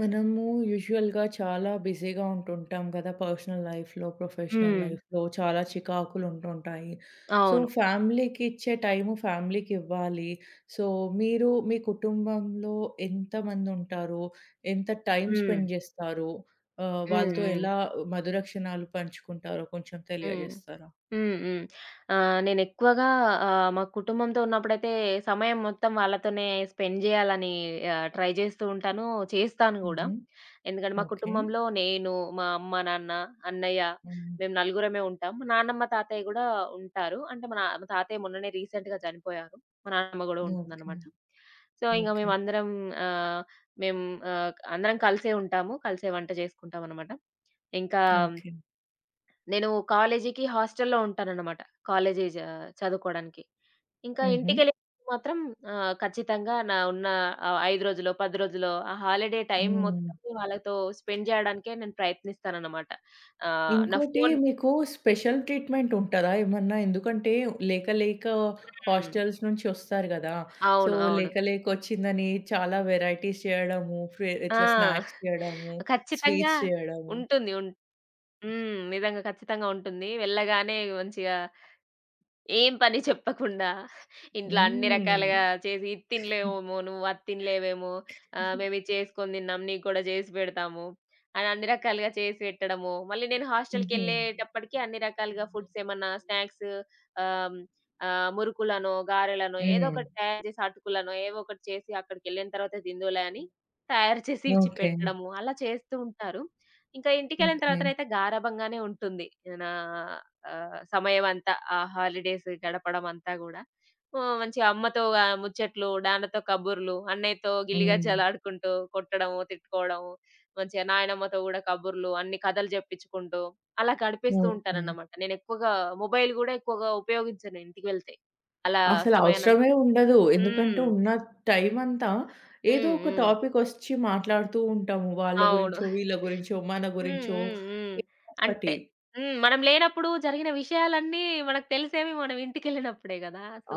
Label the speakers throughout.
Speaker 1: మనము యూజువల్‌గా చాలా బిజీగా ఉంటుంటాం గదా! పర్సనల్ లైఫ్‌లో, ప్రొఫెషనల్
Speaker 2: హ్మ్.
Speaker 1: లైఫ్‌లో చాలా చికాకులు ఉంటుంటాయి. సో,
Speaker 2: అవును.
Speaker 1: ఫ్యామిలీకి ఇచ్చే టైము ఫ్యామిలీకి ఇవ్వాలి. సో, మీరు మీ కుటుంబంలో ఎంతమంది ఉంటారు? ఎంత టైం
Speaker 2: హ్మ్.
Speaker 1: స్పెండ్ జేస్తారు?
Speaker 2: హ్మ్.
Speaker 1: వాళ్ళతో
Speaker 2: హ్మ్.
Speaker 1: ఎలా మధుర క్షణాలు పంచుకుంటారో కొంచెం
Speaker 2: హ్మ్.
Speaker 1: తెలియజేస్తారా?
Speaker 2: హ్మ్. హ్మ్. నేనెక్కువగా మా కుటుంబంతో ఉన్నప్పుడైతే సమయం మొత్తం వాళ్ళతోనే స్పెండ్ జేయాలని ట్రై జేస్తూ ఉంటాను. చేస్తాను గూడా.
Speaker 1: హుహు.
Speaker 2: ఎందుకంటే మా
Speaker 1: ఓకే.
Speaker 2: కుటుంబంలో నేను, మా అమ్మ, నాన్న, అన్నయ్య
Speaker 1: హ్మ్.
Speaker 2: మేము నలుగురమే ఉంటాం. మా నాన్నమ్మ, తాతయ్య గూడా ఉంటారు. అంటే మా తాతయ్య మొన్ననే రీసెంట్‌గా చనిపోయారు. మా నాన్నమ్మ గూడా
Speaker 1: ఓకే.
Speaker 2: ఉంటుందన్నమాట. సో, ఇంక
Speaker 1: ఓకే.
Speaker 2: మేమందరం ఆహ్, మేము అందరం కలిసే ఉంటాము. కలిసే వంట జేసుకుంటామన్నమాట. ఇంకా
Speaker 1: ఓకే.
Speaker 2: నేను కాలేజీకి హాస్టల్‌లో ఉంటాననమాట. కాలేజీ జ చదువుకోడానికి. ఇంకా
Speaker 1: హుహు.
Speaker 2: ఇంటికెళ్ళినప్పుడు మాత్రం ఖచ్చితంగా నా ఉన్న 5 రోజులో, 10 రోజులో ఆ హాలిడే టైం మొత్తం
Speaker 1: హ్మ్.
Speaker 2: వాళ్ళతో స్పెండ్ చేయడానికే నేను ప్రయత్నిస్తాననమాట. నా
Speaker 1: ఇంకోటి
Speaker 2: ఫోను
Speaker 1: మీకు స్పెషల్ ట్రీట్‌మెంట్ ఉంటదా ఏమన్నా? ఎందుకంటే లేక లేక
Speaker 2: హ్మ్.
Speaker 1: హాస్టల్స్ నుంచి వస్తారు గదా! సో,
Speaker 2: అవును. అవును.
Speaker 1: లేక లేక వచ్చిందని చాలా వెరైటీస్ చేయడము,
Speaker 2: ఆ!
Speaker 1: ఇట్లా స్నాక్స్ చేయడము,
Speaker 2: ఖచ్చితంగా
Speaker 1: స్వీట్స్ చేయడము.
Speaker 2: ఉంటుంది. హ్మ్. నిజంగా ఖచ్చితంగా ఉంటుంది. వెళ్ళగానే మంచిగా ఏం పని చెప్పకుండా ఇంట్లో అన్ని
Speaker 1: హ్మ్.
Speaker 2: రకాలుగా చేసి, "ఇది తినలేవేమో, నువ్వు అది తినలేవేమో, మేమిది చేసుకొని తిన్నాం, నీకు కూడా చేసి పెడతాము" అని అన్ని రకాలుగా చేసి పెట్టడము. మళ్ళీ నేను
Speaker 1: హుహు.
Speaker 2: హాస్టల్‌కెళ్ళేటప్పటికి అన్ని రకాలుగా ఫుడ్స్ ఏమన్నా స్నాక్స్ ఆహ్, ఆహ్, మురుకులనో, గారెలనో ఏదో
Speaker 1: హ్మ్.
Speaker 2: ఒకటి తయారు చేసి, అటుకులనో ఏవో ఒకటి చేసి అక్కడికెళ్ళిన తర్వాత తిందువులే అని తయారు చేసి ఇచ్చి
Speaker 1: ఓకే.
Speaker 2: పెట్టడము. అలా చేస్తూ ఉంటారు. ఇంకా ఇంటికెళ్ళిన
Speaker 1: ఓకే.
Speaker 2: తర్వాతనైతే గారాబంగానే ఉంటుంది. నా సమయమంతా ఆ హాలిడేస్ గడపడమంతా గూడా మంచిగా అమ్మతో ముచ్చట్లు, నాన్నతో కబుర్లు, అన్నయ్యతో
Speaker 1: హ్మ్.
Speaker 2: గిల్లిగజ్జలాడుకుంటూ కొట్టడము, తిట్టుకోవడము, మంచిగా నాయనమ్మతో గూడా కబుర్లు, అన్ని కథలు జెప్పించుకుంటూ అలా గడిపేస్తూ
Speaker 1: ఓకే.
Speaker 2: ఉంటానన్నమాట. నేనెక్కువగా మొబైల్ గూడా ఎక్కువగా ఉపయోగించను ఇంటికి వెళ్తే. అలా
Speaker 1: అసలు అవసరమే
Speaker 2: సమయానంతా
Speaker 1: ఉండదు. ఎందుకంటే
Speaker 2: హ్మ్.
Speaker 1: ఉన్న టైమంతా ఏదో
Speaker 2: హ్మ్.
Speaker 1: ఒక
Speaker 2: హ్మ్.
Speaker 1: టాపిక్ ఒచ్చి మాట్లాడుతూ ఉంటాము. వాళ్ళ
Speaker 2: అవును.
Speaker 1: గురించో, వీళ్ళ గురించో, మన
Speaker 2: హ్మ్.
Speaker 1: గురించో
Speaker 2: హ్మ్. హ్మ్.
Speaker 1: ఏదో ఒకటి.
Speaker 2: అంటే హ్మ్. మనం లేనప్పుడు జరిగిన విషయాలన్నీ మనకు తెలిసేవి మనం ఇంటికెళ్ళినప్పుడే గదా! సో,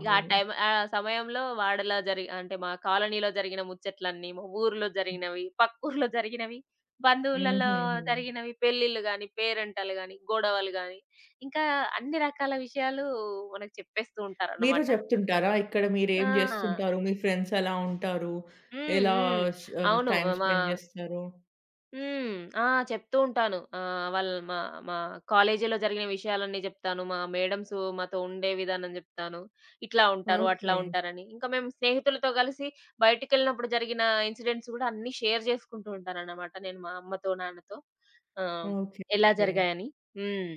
Speaker 2: ఇగ ఆ టైమ్ ఆ సమయంలో వాడలా జరి అంటే మా కాలనీలో జరిగిన ముచ్చట్లన్నీ, మా ఊర్లో జరిగినవి, పక్కూర్లో జరిగినవి, బంధువులలో
Speaker 1: హుహుహు.
Speaker 2: జరిగినవి, పెళ్ళిళ్ళు గాని, పేరంటాలు గాని, గొడవలు గాని, ఇంకా అన్ని రకాల విషయాలు మనకు చెప్పేస్తూ
Speaker 1: మీరు
Speaker 2: ఉంటారన్నమాట.
Speaker 1: చెప్తుంటారా? ఇక్కడ మీరేం
Speaker 2: ఆ!
Speaker 1: జేస్తుంటారు? మీ ఫ్రెండ్స్ ఎలా ఉంటారు?
Speaker 2: హ్మ్.
Speaker 1: ఎలా
Speaker 2: హ్మ్. అవును.
Speaker 1: టైమ్
Speaker 2: మా
Speaker 1: స్పెండ్ జేస్తారు?
Speaker 2: హ్మ్. ఆ! చెప్తూ ఉంటాను. ఆహ్, వాళ్ళ మా మా కాలేజీలో జరిగిన విషయాలన్నీ జెప్తాను. మా మేడమ్స్ మాతో ఉండే విధానం జెప్తాను. ఇట్లా ఉంటారు, అట్లా
Speaker 1: ఓకే.
Speaker 2: ఉంటారని. ఇంకా మేము స్నేహితులతో గలిసి బయటికెళ్ళినప్పుడు జరిగిన ఇన్సిడెంట్స్ గూడా అన్నీ షేర్ జేసుకుంటూ ఉంటాననమాట నేను మా అమ్మతో, నాన్నతో. ఆహ్,
Speaker 1: ఓకే.
Speaker 2: ఎలా
Speaker 1: ఓకే.
Speaker 2: జరిగాయని. హ్మ్.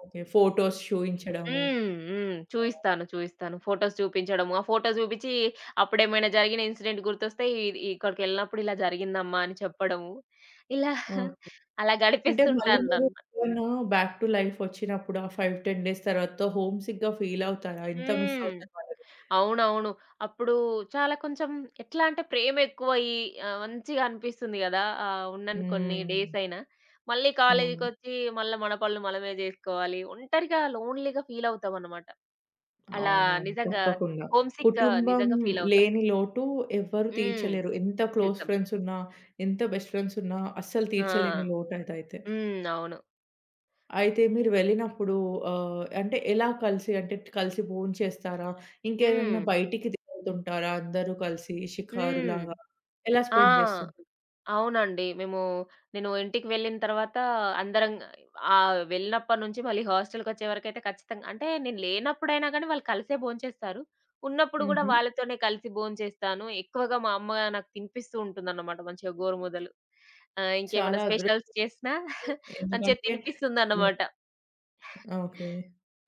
Speaker 1: ఓకే. ఫోటోస్ చూయించడము.
Speaker 2: హ్మ్. హ్మ్. చూయిస్తాను. చూయిస్తాను. ఫోటోస్ చూపించడము. ఆ ఫోటోస్ చూపించి అప్పుడేమైనా జరిగిన ఇన్సిడెంట్ గుర్తొస్తే ఇక్కడికెళ్ళినప్పుడు ఇలా జరిగిందమ్మా అని చెప్పడము. ఇలా
Speaker 1: ఓకే.
Speaker 2: అలా
Speaker 1: అంటే మళ్ళీ
Speaker 2: గడిపిస్తుంటాను
Speaker 1: మీరు
Speaker 2: నన్ను.
Speaker 1: ఎప్పుడన్నా బ్యాక్ టు లైఫ్ వచ్చినప్పుడు ఆ 5, 10 డేస్ తర్వాత హోమ్ సిక్‌గా ఫీల్ అవుతారా? ఎంత మిస్
Speaker 2: హ్మ్.
Speaker 1: అవుతారు వాళ్ళని?
Speaker 2: అవునవును. అప్పుడు చాలా కొంచెం ఎట్లా అంటే ప్రేమ ఎక్కువయ్యి మంచిగా అనిపిస్తుంది గదా! ఉన్నన్ని కొన్ని
Speaker 1: హ్మ్.
Speaker 2: డేస్ అయినా. మళ్ళీ
Speaker 1: అవును.
Speaker 2: కాలేజీకొచ్చి మళ్ళా మన పనులు మనమే జేసుకోవాలి. ఒంటరిగా లోన్‌లీగా ఫీల్ అవుతామన్నమాట. అలా
Speaker 1: అవునవును.
Speaker 2: నిజంగా
Speaker 1: తప్పకుండా.
Speaker 2: హోమ్ సిక్
Speaker 1: కుటుంబం
Speaker 2: నిజంగా ఫీల్ అవుతాం.
Speaker 1: లేని లోటు ఎవ్వరు
Speaker 2: హ్మ్.
Speaker 1: తీర్చలేరు. ఎంత క్లోజ్
Speaker 2: నిజం.
Speaker 1: ఫ్రెండ్స్ ఉన్నా, ఎంత బెస్ట్ ఫ్రెండ్స్ ఉన్నా అస్సలు తీర్చలేని
Speaker 2: ఆ!
Speaker 1: లోటు అదైతే.
Speaker 2: హ్మ్. అవును.
Speaker 1: అయితే మీరు వెళ్ళినప్పుడు అంటే ఎలా కలిసి అంటే కలిసి భోంచేస్తారా? ఇంకేదన్నా
Speaker 2: హ్మ్.
Speaker 1: బయటికి తిరుగుతుంటారా అందరూ కలిసి
Speaker 2: హ్మ్.
Speaker 1: షికారులాగా? ఎలా
Speaker 2: ఆ!
Speaker 1: స్పెండ్ చేస్తుంటారు?
Speaker 2: అవునండి. నేను ఇంటికి వెళ్ళిన తర్వాత అందరం వెళ్ళినప్పటి నుంచి మళ్ళీ హాస్టల్‌కొచ్చే వరకైతే ఖచ్చితంగా అంటే నేను లేనప్పుడైనా గానీ వాళ్ళు కలిసే భోంచేస్తారు. ఉన్నప్పుడు గూడా
Speaker 1: హుహు.
Speaker 2: వాళ్ళతోనే కలిసి భోంచేస్తాను. ఎక్కువగా మా అమ్మ నాకు తినిపిస్తూ ఉంటుందన్నమాట మంచిగా గోరుముద్దలు. ఇంకేమైనా
Speaker 1: చాలా అదృష్టం.
Speaker 2: స్పెషల్స్ చేసినా మంచిగా
Speaker 1: ఎందుకంటే
Speaker 2: తినిపిస్తుందన్నమాట.
Speaker 1: ఓకే.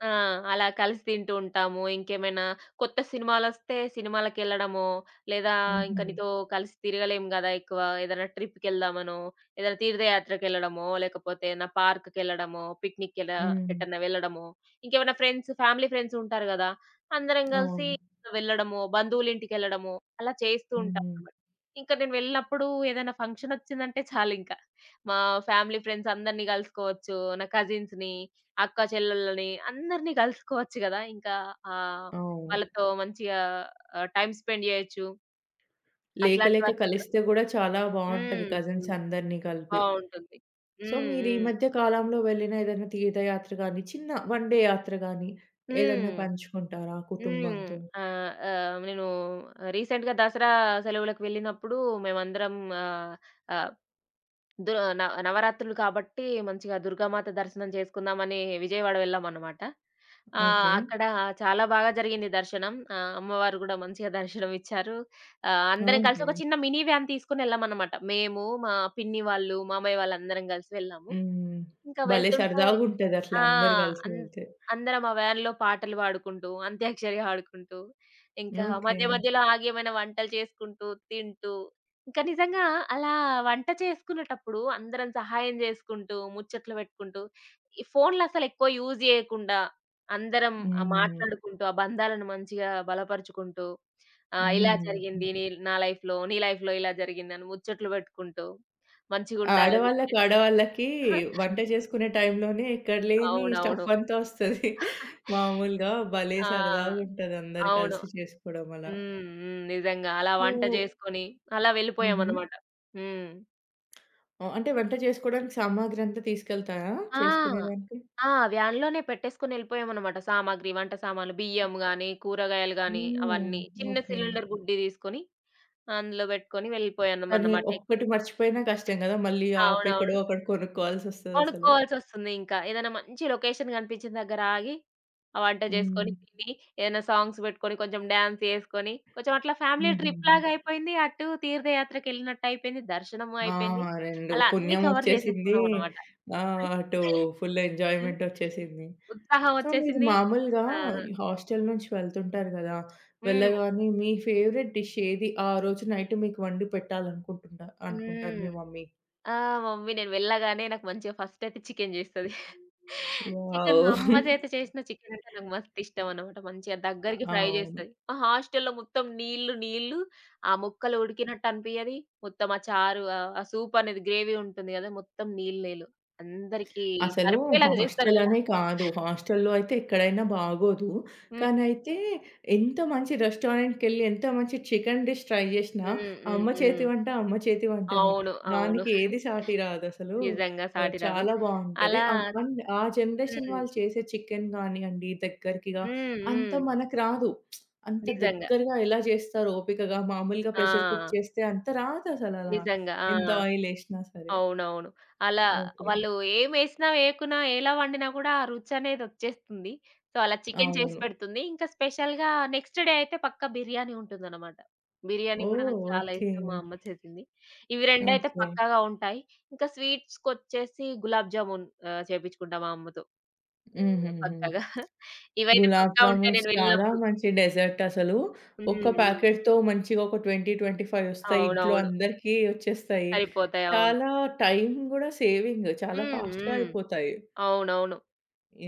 Speaker 2: ఆ! అలా కలిసి తింటూ ఉంటాము. ఇంకేమైనా కొత్త సినిమాలొస్తే సినిమాలకెళ్ళడమో, లేదా ఇంక
Speaker 1: హుహు.
Speaker 2: నీతో కలిసి తిరగలేం గదా! ఎక్కువ. ఏదైనా ట్రిప్‌కెళ్దామనో, ఏదైనా తీర్థయాత్రకెళ్ళడమో, లేకపోతే ఏదైనా పార్క్‌కెళ్ళడమో,
Speaker 1: హ్మ్.
Speaker 2: ఎటన్నా వెళ్ళడమో, ఇంకేమైనా ఫ్రెండ్స్, ఫ్యామిలీ ఫ్రెండ్స్ ఉంటారు గదా! అందరం గలిసి
Speaker 1: అవును.
Speaker 2: వెళ్ళడమో, బంధువులింటికెళ్ళడమో, అలా చేస్తూ
Speaker 1: హ్మ్.
Speaker 2: ఉంటామనమాట. ఇంక నేను వెళ్ళినప్పుడు ఏదైనా ఫంక్షనొచ్చిందంటే చాలింక. మా ఫ్యామిలీ ఫ్రెండ్స్ అందరిని గలుసుకోవచ్చు. నా కజిన్స్‌ని అక్క చెల్లెళ్ళని అందరిని కలుసుకోవచ్చు గదా! ఇంకా ఆహ్,
Speaker 1: అవును.
Speaker 2: వాళ్ళతో మంచిగా టైమ్ స్పెండ్ జేయొచ్చు.
Speaker 1: లేక లేక
Speaker 2: అట్లాంటివన్నీ జరు
Speaker 1: కలిస్తే గూడా చాలా బావుంటది
Speaker 2: హ్మ్. హ్మ్.
Speaker 1: కజిన్స్ అందరిని కలిపి.
Speaker 2: బావుంటుంది.
Speaker 1: సో,
Speaker 2: హ్మ్.
Speaker 1: మీరు ఈ
Speaker 2: హ్మ్.
Speaker 1: మధ్య కాలంలో వెళ్ళిన ఏదైనా తీర్థయాత్ర గాని, చిన్న వన్ డే యాత్ర గాని ఏదన్నా
Speaker 2: హ్మ్.
Speaker 1: పంచుకుంటారా
Speaker 2: హ్మ్.
Speaker 1: కుటుంబంతో?
Speaker 2: ఆహ్, ఆహ్, నేను రీసెంట్‌గా దసరా సెలవులకు వెళ్ళినప్పుడు మేమందరం ఆహ్, ఆహ్ దు న నవరాత్రులు కాబట్టి మంచిగా దుర్గామాత దర్శనం చేసుకుందామని విజయవాడ వెళ్ళామనమాట.
Speaker 1: ఓకే.
Speaker 2: అక్కడ చాలా బాగా జరిగింది దర్శనం. అమ్మవారు గూడా మంచిగా దర్శనం ఇచ్చారు. అందరం కలిసి
Speaker 1: ఓకే.
Speaker 2: ఒక చిన్న మినీ వ్యాన్ తీసుకొని వెళ్ళామనమాట. మేము, మా పిన్ని వాళ్ళు, మామయ్య వాళ్ళందరం కలిసి వెళ్ళాము.
Speaker 1: హ్మ్.
Speaker 2: ఇంకా
Speaker 1: భలే
Speaker 2: వెళ్తుంటే
Speaker 1: సరదాగుంటది అట్లా
Speaker 2: ఆ!
Speaker 1: అందరూ కలిసి
Speaker 2: అన్
Speaker 1: వెళ్తే.
Speaker 2: అందరం ఆ వ్యాన్‌లో పాటలు పాడుకుంటూ, అంత్యాక్షరి ఆడుకుంటూ, ఇంకా
Speaker 1: ఓకే.
Speaker 2: మధ్య మధ్యలో ఆగి ఏమైనా వంటలు చేసుకుంటూ, తింటూ, ఇంకా నిజంగా అలా వంట చేసుకునేటప్పుడు అందరం సహాయం చేసుకుంటూ, ముచ్చట్లు పెట్టుకుంటూ, ఈ ఫోన్‌లు అసలెక్కువ యూజ్ చేయకుండా, అందరం
Speaker 1: హ్మ్.
Speaker 2: మాట్లాడుకుంటూ, ఆ బంధాలను మంచిగా బలపరుచుకుంటూ, ఆహ్, ఇలా
Speaker 1: హుహు.
Speaker 2: జరిగింది నీ నా లైఫ్‌లో, నీ లైఫ్‌లో ఇలా జరిగిందని ముచ్చట్లు పెట్టుకుంటూ,
Speaker 1: ఆ
Speaker 2: మంచిగుండాలని
Speaker 1: ఆడవాళ్ళకి,
Speaker 2: చెప్పేసి
Speaker 1: ఆడవాళ్ళకి వంట చేసుకునే టైంలోనే ఎక్కడ లేని
Speaker 2: అవునవును.
Speaker 1: స్టఫ్ అంతా వస్తది. మామూలుగా భలే
Speaker 2: ఆ!
Speaker 1: సరదాగుంటది అందరూ
Speaker 2: అవును.
Speaker 1: కలిసి చేసుకోవడం అలా.
Speaker 2: హ్మ్. హ్మ్. నిజంగా. అలా
Speaker 1: సో,
Speaker 2: వంట చేసుకొని అలా
Speaker 1: హుహు.
Speaker 2: వెళ్ళిపోయామన్నమాట. హ్మ్.
Speaker 1: అంటే వంట చేసుకోవడానికి సామాగ్రి అంతా తీసుకెళ్తారా
Speaker 2: ఆ!
Speaker 1: చేసుకునేదానికి?
Speaker 2: ఆ! వ్యాన్‌లోనే పెట్టేసుకొని వెళ్ళిపోయామన్నమాట. సామాగ్రి, వంట సామాన్లు, బియ్యం గాని, కూరగాయలు గాని
Speaker 1: ఓహ్!
Speaker 2: అవన్నీ. చిన్న
Speaker 1: ఓకే.
Speaker 2: సిలిండర్ గుడ్డి తీసుకొని అందులో పెట్టుకొని
Speaker 1: కానీ
Speaker 2: వెళ్ళిపోయామన్నమాట.
Speaker 1: ఒక్కటి మర్చిపోయినా కష్టం గదా! మళ్ళీ ఆపి
Speaker 2: అవునవును.
Speaker 1: ఎక్కడో అక్కడ కొనుక్కోవాల్సొస్తదసలు.
Speaker 2: కొనుక్కోవాల్సొస్తుంది ఇంకా. ఏదైనా మంచి లొకేషన్ కనిపించిన దగ్గర ఆగి, ఆ వంట చేసుకొని,
Speaker 1: హ్మ్.
Speaker 2: తిని, ఏదైనా సాంగ్స్ పెట్టుకొని, కొంచెం డాన్స్ చేసుకొని, కొంచెం అట్లా ఫ్యామిలీ
Speaker 1: హుహుహు.
Speaker 2: ట్రిప్‌లాగా అయిపోయింది. అటు తీర్థయాత్రకెళ్ళినట్టు అయిపోయింది. దర్శనము
Speaker 1: ఆ!
Speaker 2: అయిపోయింది.
Speaker 1: 2
Speaker 2: అలా అన్నీ
Speaker 1: పుణ్యం
Speaker 2: కవర్
Speaker 1: ఒచ్చేసింది.
Speaker 2: చేసేసుకున్నాం అన్నమాట.
Speaker 1: ఆహ్, అటు ఫుల్
Speaker 2: హ్మ్.
Speaker 1: ఎంజాయ్‌మెంట్ ఒచ్చేసింది.
Speaker 2: ఉత్సాహం
Speaker 1: సో, మీరు
Speaker 2: వచ్చేసింది.
Speaker 1: మామూలుగా
Speaker 2: ఆ!
Speaker 1: ఈ హాస్టల్ నుంచి వెళ్తుంటారు గదా!
Speaker 2: హ్మ్.
Speaker 1: వెళ్ళగానే మీ ఫేవరెట్ డిష్ ఏది? ఆ రోజు నైట్ మీకు వండి పెట్టాలనుకుంటుంటా అనుకుంటారు
Speaker 2: హ్మ్.
Speaker 1: మీ మమ్మీ?
Speaker 2: ఆ! మమ్మీ నేను వెళ్ళగానే నాకు మంచిగా ఫస్ట్ అయితే చికెన్ చేస్తది. మా
Speaker 1: వావ్!
Speaker 2: అమ్మ చేత చేసిన చికెన్ అంటే నాకు మస్తిష్టమనమాట. మంచిగా దగ్గరికి ఫ్రై
Speaker 1: అవును.
Speaker 2: చేస్తది. మా హాస్టల్‌లో మొత్తం నీళ్లు, నీళ్లు ఆ ముక్కలు ఉడికినట్టు అనిపియది. మొత్తం ఆ చారు ఆ సూప్ అనేది గ్రేవీ ఉంటుంది కదా! మొత్తం నీళ్ళు, నీళ్ళు. అందరికీ
Speaker 1: అసలు
Speaker 2: సరిపోయేలాగా చేస్తారు
Speaker 1: హాస్టల్
Speaker 2: కదా!
Speaker 1: అనే కాదు. హాస్టల్‌లో అయితే ఎక్కడైనా బాగోదు.
Speaker 2: హ్మ్.
Speaker 1: కానీ అయితే ఎంత మంచి రెస్టారెంట్‌కెళ్ళి ఎంత మంచి చికెన్ డిష్ ట్రై చేసినా
Speaker 2: హ్మ్. హ్మ్.
Speaker 1: అమ్మ
Speaker 2: హ్మ్.
Speaker 1: చేతి వంట, అమ్మ చేతి వంటనే.
Speaker 2: అవును. అవును.
Speaker 1: దానికి ఏది సాటి రాదసలు.
Speaker 2: నిజంగా
Speaker 1: సో,
Speaker 2: సాటి రాదు.
Speaker 1: చాలా బావుంటది.
Speaker 2: అలా
Speaker 1: అండ్ ఆ జనరేషన్
Speaker 2: హ్మ్.
Speaker 1: వాళ్ళు చేసే చికెన్ గానియండి, దగ్గరకిగా
Speaker 2: హ్మ్.
Speaker 1: అంత
Speaker 2: హ్మ్.
Speaker 1: మనకు రాదు. అంత
Speaker 2: నిజంగా.
Speaker 1: దగ్గరగా ఎలా చేస్తారు ఓపికగా, మామూలుగా ప్రెషర్ కుక్
Speaker 2: ఆ!
Speaker 1: చేస్తే అంత రాదసలలా.
Speaker 2: నిజంగా. ఆ!
Speaker 1: ఎంత ఆయిల్ ఏసినా సరే.
Speaker 2: అవునవును. అలా
Speaker 1: ఓకే.
Speaker 2: వాళ్ళు ఏమేసినా, వేయకున్నా, ఎలా వండినా కూడా ఆ రుచనేదొచ్చేస్తుంది. సో, అలా చికెన్ చేసి
Speaker 1: అవును.
Speaker 2: పెడుతుంది. ఇంకా స్పెషల్‌గా నెక్స్ట్ డే అయితే పక్కా బిర్యానీ ఉంటుందనమాట. బిర్యానీ కూడా
Speaker 1: ఓహ్!
Speaker 2: నాకు చాలా
Speaker 1: ఓకే.
Speaker 2: ఇష్టం మా అమ్మ చేసింది. ఇవి రెండైతే
Speaker 1: ఓకే.
Speaker 2: పక్కాగా ఉంటాయి. ఇంకా స్వీట్స్‌కొచ్చేసి గులాబ్ జామున్ చేపించుకుంటా మా అమ్మతో.
Speaker 1: హుహుహు.
Speaker 2: పక్కాగా. ఇవైతే
Speaker 1: గులాబ్
Speaker 2: పక్కా ఉంటాయి
Speaker 1: జామున్స్
Speaker 2: నేను
Speaker 1: చాలా
Speaker 2: వెళ్ళినప్పుడు.
Speaker 1: మంచి డెజర్ట్ అసలు. ఒక్క
Speaker 2: హ్మ్.
Speaker 1: ప్యాకెట్‌తో మంచిగా ఒక 20, 25 వస్తాయి. ఇంట్లో
Speaker 2: అవునవును.
Speaker 1: అందరికీ వచ్చేస్తాయి.
Speaker 2: సరిపోతాయి. అవును.
Speaker 1: చాలా టైం గూడా సేవింగ్. చాలా
Speaker 2: హ్మ్.
Speaker 1: ఫాస్ట్‌గా
Speaker 2: హ్మ్.
Speaker 1: అయిపోతాయి.
Speaker 2: అవునవును.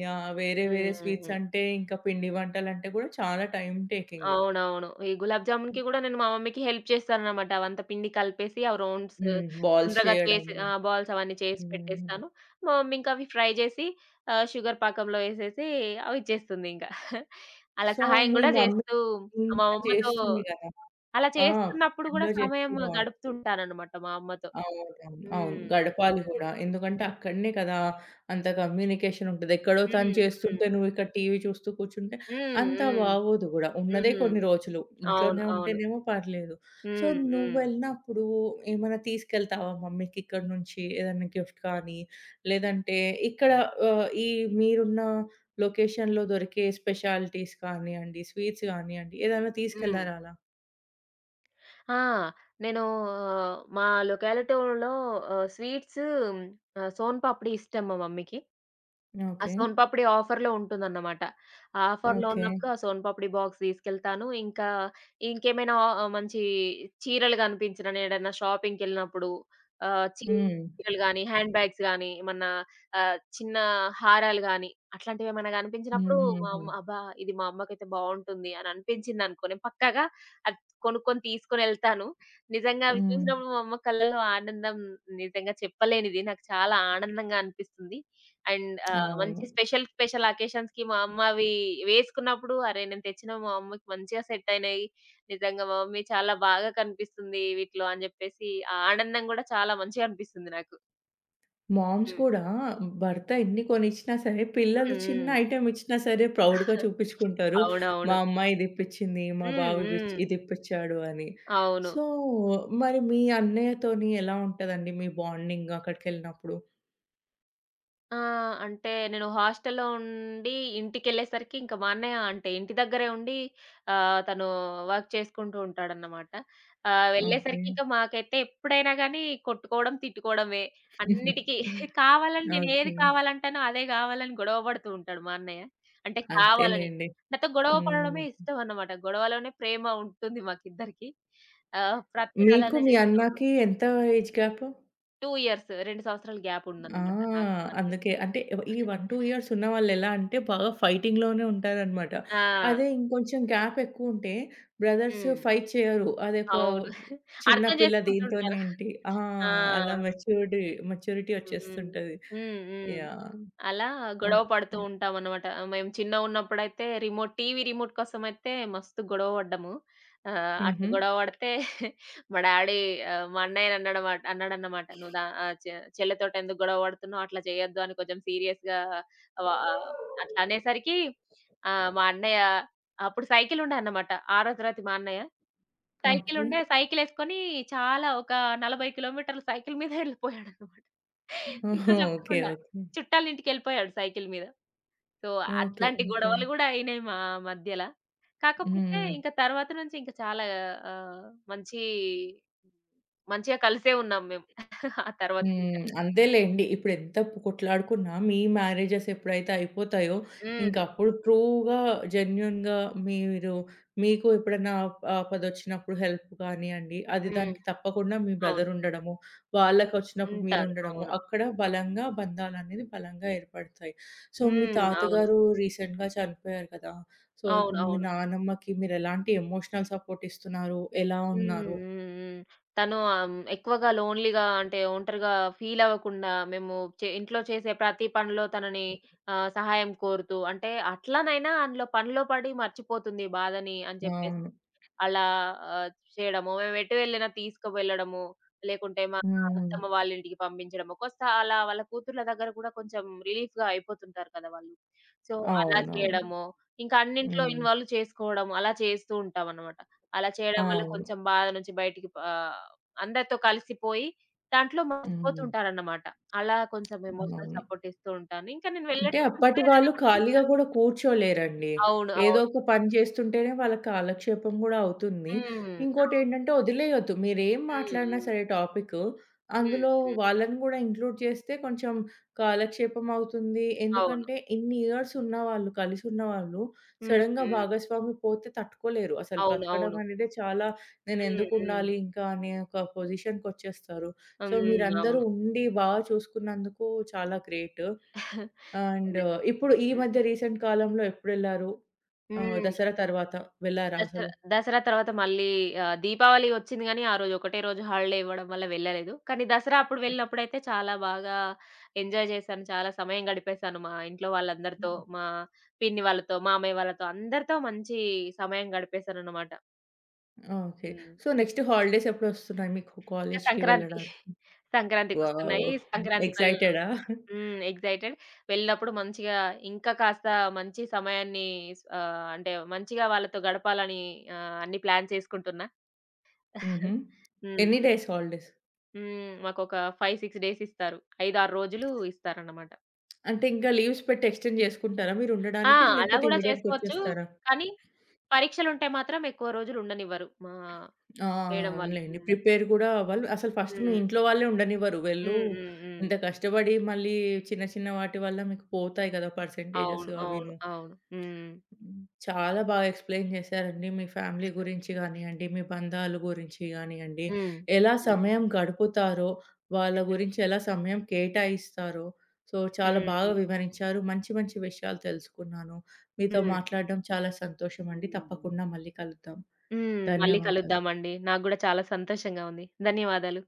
Speaker 1: యాహ్! వేరే వేరే
Speaker 2: హ్మ్.
Speaker 1: స్వీట్స్ అంటే ఇంకా పిండి వంటలంటే గూడా చాలా టైమ్ టేకింగ్.
Speaker 2: అవునవును. ఈ గులాబ్ జామున్‌కి గూడా నేను మా మమ్మీకి హెల్ప్ చేస్తాననమాట. అవంతా పిండి కలిపేసి ఆ రౌండ్స్
Speaker 1: హ్మ్. బాల్స్
Speaker 2: గుండ్రగా చేసి
Speaker 1: చేయడము.
Speaker 2: ఆ! బాల్స్ అవన్నీ చేసి
Speaker 1: హ్మ్.
Speaker 2: పెట్టేస్తాను. మా మమ్మీ ఇంకా అవి ఫ్రై చేసి షుగర్ పాకంలో ఏసేసి అవి ఇచ్చేస్తుందింక. అలా
Speaker 1: సో,
Speaker 2: సహాయం
Speaker 1: మీ
Speaker 2: గూడా
Speaker 1: మమ్మీ
Speaker 2: చేస్తూ మా
Speaker 1: ఇంత
Speaker 2: అమ్మతో
Speaker 1: చేస్తుంది గదా!
Speaker 2: అలా
Speaker 1: ఆ!
Speaker 2: చేస్తున్నప్పుడు గూడా
Speaker 1: కిచెన్‌లో చేస్తే
Speaker 2: సమయం
Speaker 1: బావుంటది.
Speaker 2: గడుపుతుంటాననమాట మా అమ్మతో.
Speaker 1: అవునవును. అవును.
Speaker 2: హ్మ్.
Speaker 1: గడపాలి
Speaker 2: హ్మ్.
Speaker 1: గూడా. ఎందుకంటే అక్కడనే కదా! అంత కమ్యూనికేషన్ ఉంటది. ఎక్కడో తను
Speaker 2: హ్మ్. హ్మ్.
Speaker 1: చేస్తుంటే నువ్విక్కడ టీవీ చూస్తూ కూర్చుంటే
Speaker 2: హ్మ్.
Speaker 1: అంత
Speaker 2: హ్మ్.
Speaker 1: బాగోదు గూడా. ఉన్నదే
Speaker 2: హ్మ్.
Speaker 1: కొన్ని రోజులు.
Speaker 2: అవును.
Speaker 1: ఇంట్లోనే
Speaker 2: అవును.
Speaker 1: ఉంటేనేమో పర్లేదు. సో,
Speaker 2: హ్మ్. హ్మ్.
Speaker 1: నువ్వెళ్ళినప్పుడు ఏమైనా తీసుకెళ్తావా మమ్మీకి ఇక్కడి నుంచి? ఏదైనా గిఫ్ట్ కానీ, లేదంటే ఇక్కడ ఆహ్, ఈ మీరున్న లొకేషన్‌లో దొరికే స్పెషాలిటీస్ కానియండి, స్వీట్స్ కానియండి ఏదైనా
Speaker 2: హ్మ్.
Speaker 1: తీసుకెళ్లారా అలా?
Speaker 2: ఆ! నేను మా లొకాలిటీలో స్వీట్స్ సోన్ పాపిడి ఇష్టం మా మమ్మీకి. ఆ
Speaker 1: ఓకే.
Speaker 2: సోన్ పాపిడి ఆఫర్‌లో ఉంటుందన్నమాట. ఆ ఆఫర్‌లో ఓకే.
Speaker 1: ఓకే.
Speaker 2: ఉన్నప్పుడు ఆ సోన్ పాపిడి బాక్స్ తీసుకెళ్తాను. ఇంకా ఇంకేమైనా ఆ మంచి చీరలు కనిపించిన నేడైనా షాపింగ్‌కెళ్ళినప్పుడు
Speaker 1: హ్మ్.
Speaker 2: చీరలు గాని, హ్యాండ్ బ్యాగ్స్ గాని, ఏమన్నా చిన్న హారాలు గాని అట్లాంటివేమన్నా కనిపించినప్పుడు మా
Speaker 1: హుహుహు.
Speaker 2: అమ్మ అబ్బా! ఇది మా అమ్మకైతే బావుంటుంది అని అనిపించిందనుకో నేను పక్కాగా అది కొనుక్కొని తీసుకొనెళ్తాను. నిజంగా అవి
Speaker 1: హ్మ్.
Speaker 2: చూసినప్పుడు మా అమ్మ కళ్ళలో ఆనందం నిజంగా చెప్పలేనిది. నాకు చాలా ఆనందంగా అనిపిస్తుంది. అండ్ ఆహ్,
Speaker 1: అవును.
Speaker 2: మంచి స్పెషల్, స్పెషల్ అకేషన్స్‌కి మా అమ్మ అవి వేసుకున్నప్పుడు అరే! నేను తెచ్చినవి మా అమ్మకి మంచిగా సెట్ అయినాయి. నిజంగా మా మమ్మీ చాలా బాగా కనిపిస్తుంది వీటిలో అని చెప్పేసి ఆ ఆనందం కూడా చాలా మంచిగా అనిపిస్తుంది నాకు.
Speaker 1: మామ్స్
Speaker 2: హ్మ్.
Speaker 1: కూడా భర్త ఎన్ని కొనిచ్చినా సరే, పిల్లలు చిన్న
Speaker 2: హ్మ్.
Speaker 1: ఐటెమ్ ఇచ్చినా సరే
Speaker 2: హ్మ్.
Speaker 1: ప్రౌడ్‌గా చూపించుకుంటారు. మా
Speaker 2: అవునవును.
Speaker 1: అమ్మాయి ఇదిప్పించింది, మా
Speaker 2: హ్మ్.
Speaker 1: బావ
Speaker 2: హ్మ్.
Speaker 1: ఇదిప్పించాడు అని.
Speaker 2: అవును.
Speaker 1: సో, మరి మీ అన్నయ్యతోని ఎలా ఉంటదండి మీ బాండింగ్ అక్కడికెళ్ళినప్పుడు?
Speaker 2: ఆ! అంటే నేను హాస్టల్‌లో ఉండి ఇంటికెళ్ళేసరికి ఇంక మా అన్నయ్య అంటే ఇంటి దగ్గరే ఉండి తను వర్క్ చేసుకుంటూ ఉంటాడన్నమాట. ఓకే.
Speaker 1: ఓకే.
Speaker 2: వెళ్ళేసరికి ఇంక మాకైతే ఎప్పుడైనా గానీ కొట్టుకోవడం, తిట్టుకోవడమే. అన్నిటికి కావాలని నేను ఏది
Speaker 1: ఓకే.
Speaker 2: కావాలంటానో అదే కావాలని గొడవ పడుతూ ఉంటాడు మా అన్నయ్య. అంటే కావాలని.
Speaker 1: అంతేలెండి.
Speaker 2: నాతో గొడవ పడడమే
Speaker 1: హ్మ్.
Speaker 2: ఇష్టం అన్నమాట. గొడవలోనే ప్రేమ ఉంటుంది మాకిద్దరికి. ప్రతీది
Speaker 1: మీకు
Speaker 2: అలానే
Speaker 1: మీ
Speaker 2: చేస్తాము.
Speaker 1: అన్నకి ఎంత ఏజ్ గ్యాప్?
Speaker 2: 2 సంవత్సరాలు గ్యాప్
Speaker 1: ఆ!
Speaker 2: ఉందన్నమాట నాకు మా అన్నయ్యకి.
Speaker 1: అందుకే. అంటే ఈ 1, 2 ఇయర్స్ ఉన్నవాళ్ళు ఎలా అంటే బాగా ఫైటింగ్‌లోనే ఉంటారనమాట.
Speaker 2: ఆ!
Speaker 1: అదే ఇంకొంచెం గ్యాప్ ఎక్కువుంటే బ్రదర్స్
Speaker 2: హ్మ్.
Speaker 1: ఫైట్ చేయరు. అదొక
Speaker 2: అవును.
Speaker 1: చిన్న
Speaker 2: అర్థం
Speaker 1: పిల్ల దీంతోనే
Speaker 2: చేసుకుంటుంటారు.
Speaker 1: ఏంటి ఆ!
Speaker 2: ఆ!
Speaker 1: అలా మెచ్యూరిటీ మెచ్యూరిటీ
Speaker 2: హ్మ్.
Speaker 1: వచ్చేస్తుంటది.
Speaker 2: హ్మ్. హ్మ్.
Speaker 1: యాహ్!
Speaker 2: అలా గొడవ పడుతూ
Speaker 1: ఓకే.
Speaker 2: ఉంటామనమాట. మేము చిన్నగున్నప్పుడైతే టీవీ రిమోట్ కోసమయితే మస్తు గొడవ పడ్డాము. ఆహ్, అట్లా
Speaker 1: హుహు.
Speaker 2: గొడవ పడితే మా డాడీ మా అన్నయ్య అన్నాడన్నమాట. "నువ్వు దా ఆహ్, చె చెల్లెతోటెందుకు గొడవ పడుతున్నావు? అట్లా చేయొద్దు" అని కొంచెం సీరియస్‌గా వ అట్లా అనేసరికి మా అన్నయ్య అప్పుడు సైకిలుండే అన్నమాట. 6వ తరగతి మా అన్నయ్య.
Speaker 1: ఓకే.
Speaker 2: సైకిలేసుకొని చాలా ఒక 40 కిలోమీటర్లు సైకిల్ మీద ఎళ్ళిపోయాడనమాట. ఇంట్లో
Speaker 1: ఓహో! ఓకే.
Speaker 2: చెప్పకుండా.
Speaker 1: ఓకే.
Speaker 2: చుట్టాలింటికెళ్ళిపోయాడు సైకిల్ మీద. So,
Speaker 1: okay.
Speaker 2: అట్లాంటి
Speaker 1: ఓకే.
Speaker 2: గొడవలు గూడా అయినాయి మా మధ్యల. కాకపోతే
Speaker 1: హ్మ్.
Speaker 2: ఇంక తర్వాత నుంచి ఇంక చాలా ఆహ్, మంచి మంచిగా కలిసే ఉన్నాం మేము. ఆ తర్వాత
Speaker 1: హ్మ్.
Speaker 2: నుంచలా.
Speaker 1: అంతేలేండి. ఇప్పుడెంత కొట్లాడుకున్నా మీ మ్యారేజెస్ ఎప్పుడైతే అయిపోతాయో,
Speaker 2: హ్మ్.
Speaker 1: ఇంకప్పుడు ట్రూ‌గా, జెన్యూన్‌గా మీరు మీకు ఎప్పుడన్నా ఆపదొచ్చినప్పుడు హెల్ప్ కానియండి, అది
Speaker 2: హ్మ్.
Speaker 1: దానికి తప్పకుండా మీ
Speaker 2: అవును.
Speaker 1: బ్రదర్ ఉండడము, వాళ్ళకొచ్చినప్పుడు
Speaker 2: ఉంటారు.
Speaker 1: మీరుండడము,
Speaker 2: అవును.
Speaker 1: అక్కడ బలంగా బంధాలనేవి బలంగా ఏర్పడతాయి. సో, మీ
Speaker 2: హ్మ్. అవును.
Speaker 1: తాతగారు రీసెంట్‌గా చనిపోయారు కదా! సో, ఇప్పుడు మీ
Speaker 2: అవునవును.
Speaker 1: నానమ్మకి మీరెలాంటి ఎమోషనల్ సపోర్ట్ ఇస్తున్నారు? ఎలా
Speaker 2: హ్మ్. హ్మ్.
Speaker 1: ఉన్నారు?
Speaker 2: హ్మ్. తను ఎక్కువగా లోన్‌లీగా అంటే ఒంటరిగా ఫీల్ అవ్వకుండా మేము ఇంట్లో చేసే ప్రతి పనిలో తనని సహాయం కోరుతూ అంటే అట్లనైనా అందులో పనిలో పడి మర్చిపోతుంది బాధని అని చెప్పేసి.
Speaker 1: అవును.
Speaker 2: అలా ఆహ్, చేయడము. మేము ఎటు వెళ్ళినా తీసుకువెళ్ళడము. లేకుంటే మా
Speaker 1: హ్మ్.
Speaker 2: అత్తమ్మ వాళ్ళ ఇంటికి పంపించడము. కొంత అలా వాళ్ళ కూతుర్ల దగ్గర కూడా కొంచెం రిలీఫ్‌గా అయిపోతుంటారు కదా! వాళ్ళు. సో, అలా
Speaker 1: అవునవును.
Speaker 2: చేయడము. ఇంకా అన్నింట్లో
Speaker 1: హ్మ్.
Speaker 2: ఇన్వాల్వ్ చేసుకోవడం. అలా చేస్తూ ఉంటామనమాట. అలా చేయడం వల్ల
Speaker 1: అవును.
Speaker 2: కొంచెం బాధ నుంచి బయటికి అందరితో కలిసిపోయి దాంట్లో
Speaker 1: హ్మ్.
Speaker 2: మర్చిపోతుంటారన్నమాట. అలా కొంచెం ఎమోషనల్
Speaker 1: అవును.
Speaker 2: సపోర్ట్ ఇస్తూ ఉంటాను. ఇంకా నేను
Speaker 1: అంటే
Speaker 2: వెళ్ళేటప్పుడు
Speaker 1: అప్పటి
Speaker 2: కూడా ఏదైనా
Speaker 1: వాళ్ళు
Speaker 2: ఒకటి
Speaker 1: ఖాళీగా గూడా కూర్చోలేరండి.
Speaker 2: అవును.
Speaker 1: ఏదో
Speaker 2: అవును.
Speaker 1: ఒక పని చేస్తుంటేనే వాళ్ళకి కాలక్షేపం గూడా అవుతుంది.
Speaker 2: హ్మ్. అవును.
Speaker 1: ఇంకోటేంటంటే వదిలేయొద్దు. మీరేం
Speaker 2: హ్మ్.
Speaker 1: మాట్లాడినా
Speaker 2: హ్మ్.
Speaker 1: సరే టాపికు,
Speaker 2: హ్మ్.
Speaker 1: అందులో
Speaker 2: హ్మ్.
Speaker 1: వాళ్ళని గూడా ఇంక్లూడ్ చేస్తే కొంచెం కాలక్షేపం అవుతుంది.
Speaker 2: అవును.
Speaker 1: ఎందుకంటే ఇన్ని ఇయర్స్ ఉన్నవాళ్ళు, కలిసి ఉన్నవాళ్ళు
Speaker 2: హ్మ్.
Speaker 1: సడెన్‌గా
Speaker 2: హ్మ్.
Speaker 1: భాగస్వామి పోతే తట్టుకోలేరు. అసలు
Speaker 2: అవును.
Speaker 1: బ్రతకడం
Speaker 2: అవును.
Speaker 1: అనేది చాలా
Speaker 2: హ్మ్. హ్మ్.
Speaker 1: నేనెందుకుండాలి ఇంకా అనే ఒక పొజిషన్‌కొచ్చేస్తారు. సో,
Speaker 2: హ్మ్.
Speaker 1: మీరందరూ
Speaker 2: అవును.
Speaker 1: ఉండి బాగా చూసుకున్నందుకు చాలా గ్రేట్. అండ్
Speaker 2: నిజమే.
Speaker 1: ఇప్పుడు ఈ
Speaker 2: హ్మ్.
Speaker 1: మధ్య రీసెంట్ కాలంలో ఎప్పుడెళ్లారు?
Speaker 2: హ్మ్.
Speaker 1: దసరా తర్వాత వెళ్లారా
Speaker 2: దసరా
Speaker 1: అసలు?
Speaker 2: దసరా తర్వాత మళ్ళీ దీపావళి వచ్చింది గానీ, ఆ రోజు ఒకటే రోజు హాలిడే ఇవ్వడం వల్ల వెళ్ళలేదు. కానీ దసరా అప్పుడు వెళ్ళినప్పుడైతే చాలా బాగా ఎంజాయ్ చేశాను. చాలా సమయం గడిపేశాను మా ఇంట్లో వాళ్ళందరితో, మా పిన్ని వాళ్ళతో, మామయ్య వాళ్ళతో అందరితో మంచి సమయం గడిపేశానన్నమాట.
Speaker 1: ఓకే.
Speaker 2: హ్మ్.
Speaker 1: సో, నెక్స్ట్ హాలిడేస్ ఎప్పుడొస్తున్నాయి మీకు
Speaker 2: ఇంకా
Speaker 1: కాలేజ్‌కి
Speaker 2: సంక్రాంతి.
Speaker 1: వెళ్ళడానికి? వావ్!
Speaker 2: సంక్రాంతికొస్తున్నాయి. సంక్రాంతికల్లా
Speaker 1: ఎక్సైటెడా?
Speaker 2: హ్మ్. ఎక్సైటెడ్. వెళ్ళినప్పుడు మంచిగా ఇంకా కాస్త మంచి సమయాన్ని అంటే మంచిగా వాళ్ళతో గడపాలని అన్ని ప్లాన్ చేసుకుంటున్నా.
Speaker 1: హుహు.
Speaker 2: హ్మ్.
Speaker 1: ఎన్ని డేస్ హాలిడేస్?
Speaker 2: హ్మ్. మాకొక 5, 6 డేస్ ఇస్తారు. 5, 6 రోజులు ఇస్తారన్నమాట.
Speaker 1: అంటే ఇంకా లీవ్స్ పెట్టి ఎక్స్‌టెండ్ చేసుకుంటారా మీరు
Speaker 2: ఆ!
Speaker 1: ఉండడానికి?
Speaker 2: అలా
Speaker 1: లేకపోతే
Speaker 2: గూడా
Speaker 1: ఇమ్మీడియేట్‌గా
Speaker 2: చేసుకోవచ్చు.
Speaker 1: వచ్చేస్తారా?
Speaker 2: కానీ పరీక్షలుంటే మాత్రం ఎక్కువ రోజులు ఉండనివ్వరు మా
Speaker 1: ఆ!
Speaker 2: మేడం వాళ్ళు.
Speaker 1: అవునులెండి.
Speaker 2: హ్మ్.
Speaker 1: ప్రిపేర్ కూడా అవ్వాలి. అసలు ఫస్ట్ మీ
Speaker 2: హ్మ్.
Speaker 1: ఇంట్లో వాళ్ళే ఉండనివ్వరు. వెళ్ళు
Speaker 2: హ్మ్. హ్మ్. హ్మ్.
Speaker 1: ఇంత కష్టపడి మళ్ళీ చిన్న చిన్న వాటి వల్ల మీకు పోతాయి కదా! పర్సెంటేజెస్
Speaker 2: అవును. అవును.
Speaker 1: అవిను.
Speaker 2: అవును. హ్మ్.
Speaker 1: హ్మ్. చాలా బాగా ఎక్స్‌ప్లెయిన్ చేశారండి. మీ ఫ్యామిలీ గురించి గానియండి, మీ బంధాల గురించి గానియండి,
Speaker 2: హ్మ్.
Speaker 1: ఎలా
Speaker 2: హ్మ్.
Speaker 1: సమయం గడుపుతారో, వాళ్ళ గురించి ఎలా సమయం కేటాయిస్తారో, సో, చాలా
Speaker 2: హ్మ్.
Speaker 1: బాగా
Speaker 2: హ్మ్.
Speaker 1: వివరించారు. మంచి మంచి విషయాలు తెలుసుకున్నాను. మీతో
Speaker 2: హ్మ్.
Speaker 1: మాట్లాడడం చాలా సంతోషమండి. తప్పకుండా మళ్ళీ కలుద్దాం.
Speaker 2: హ్మ్. మళ్ళీ
Speaker 1: ధన్యవాదాలు.
Speaker 2: కలుద్దామండి. నాకు గూడా చాలా సంతోషంగా ఉంది. ధన్యవాదాలు.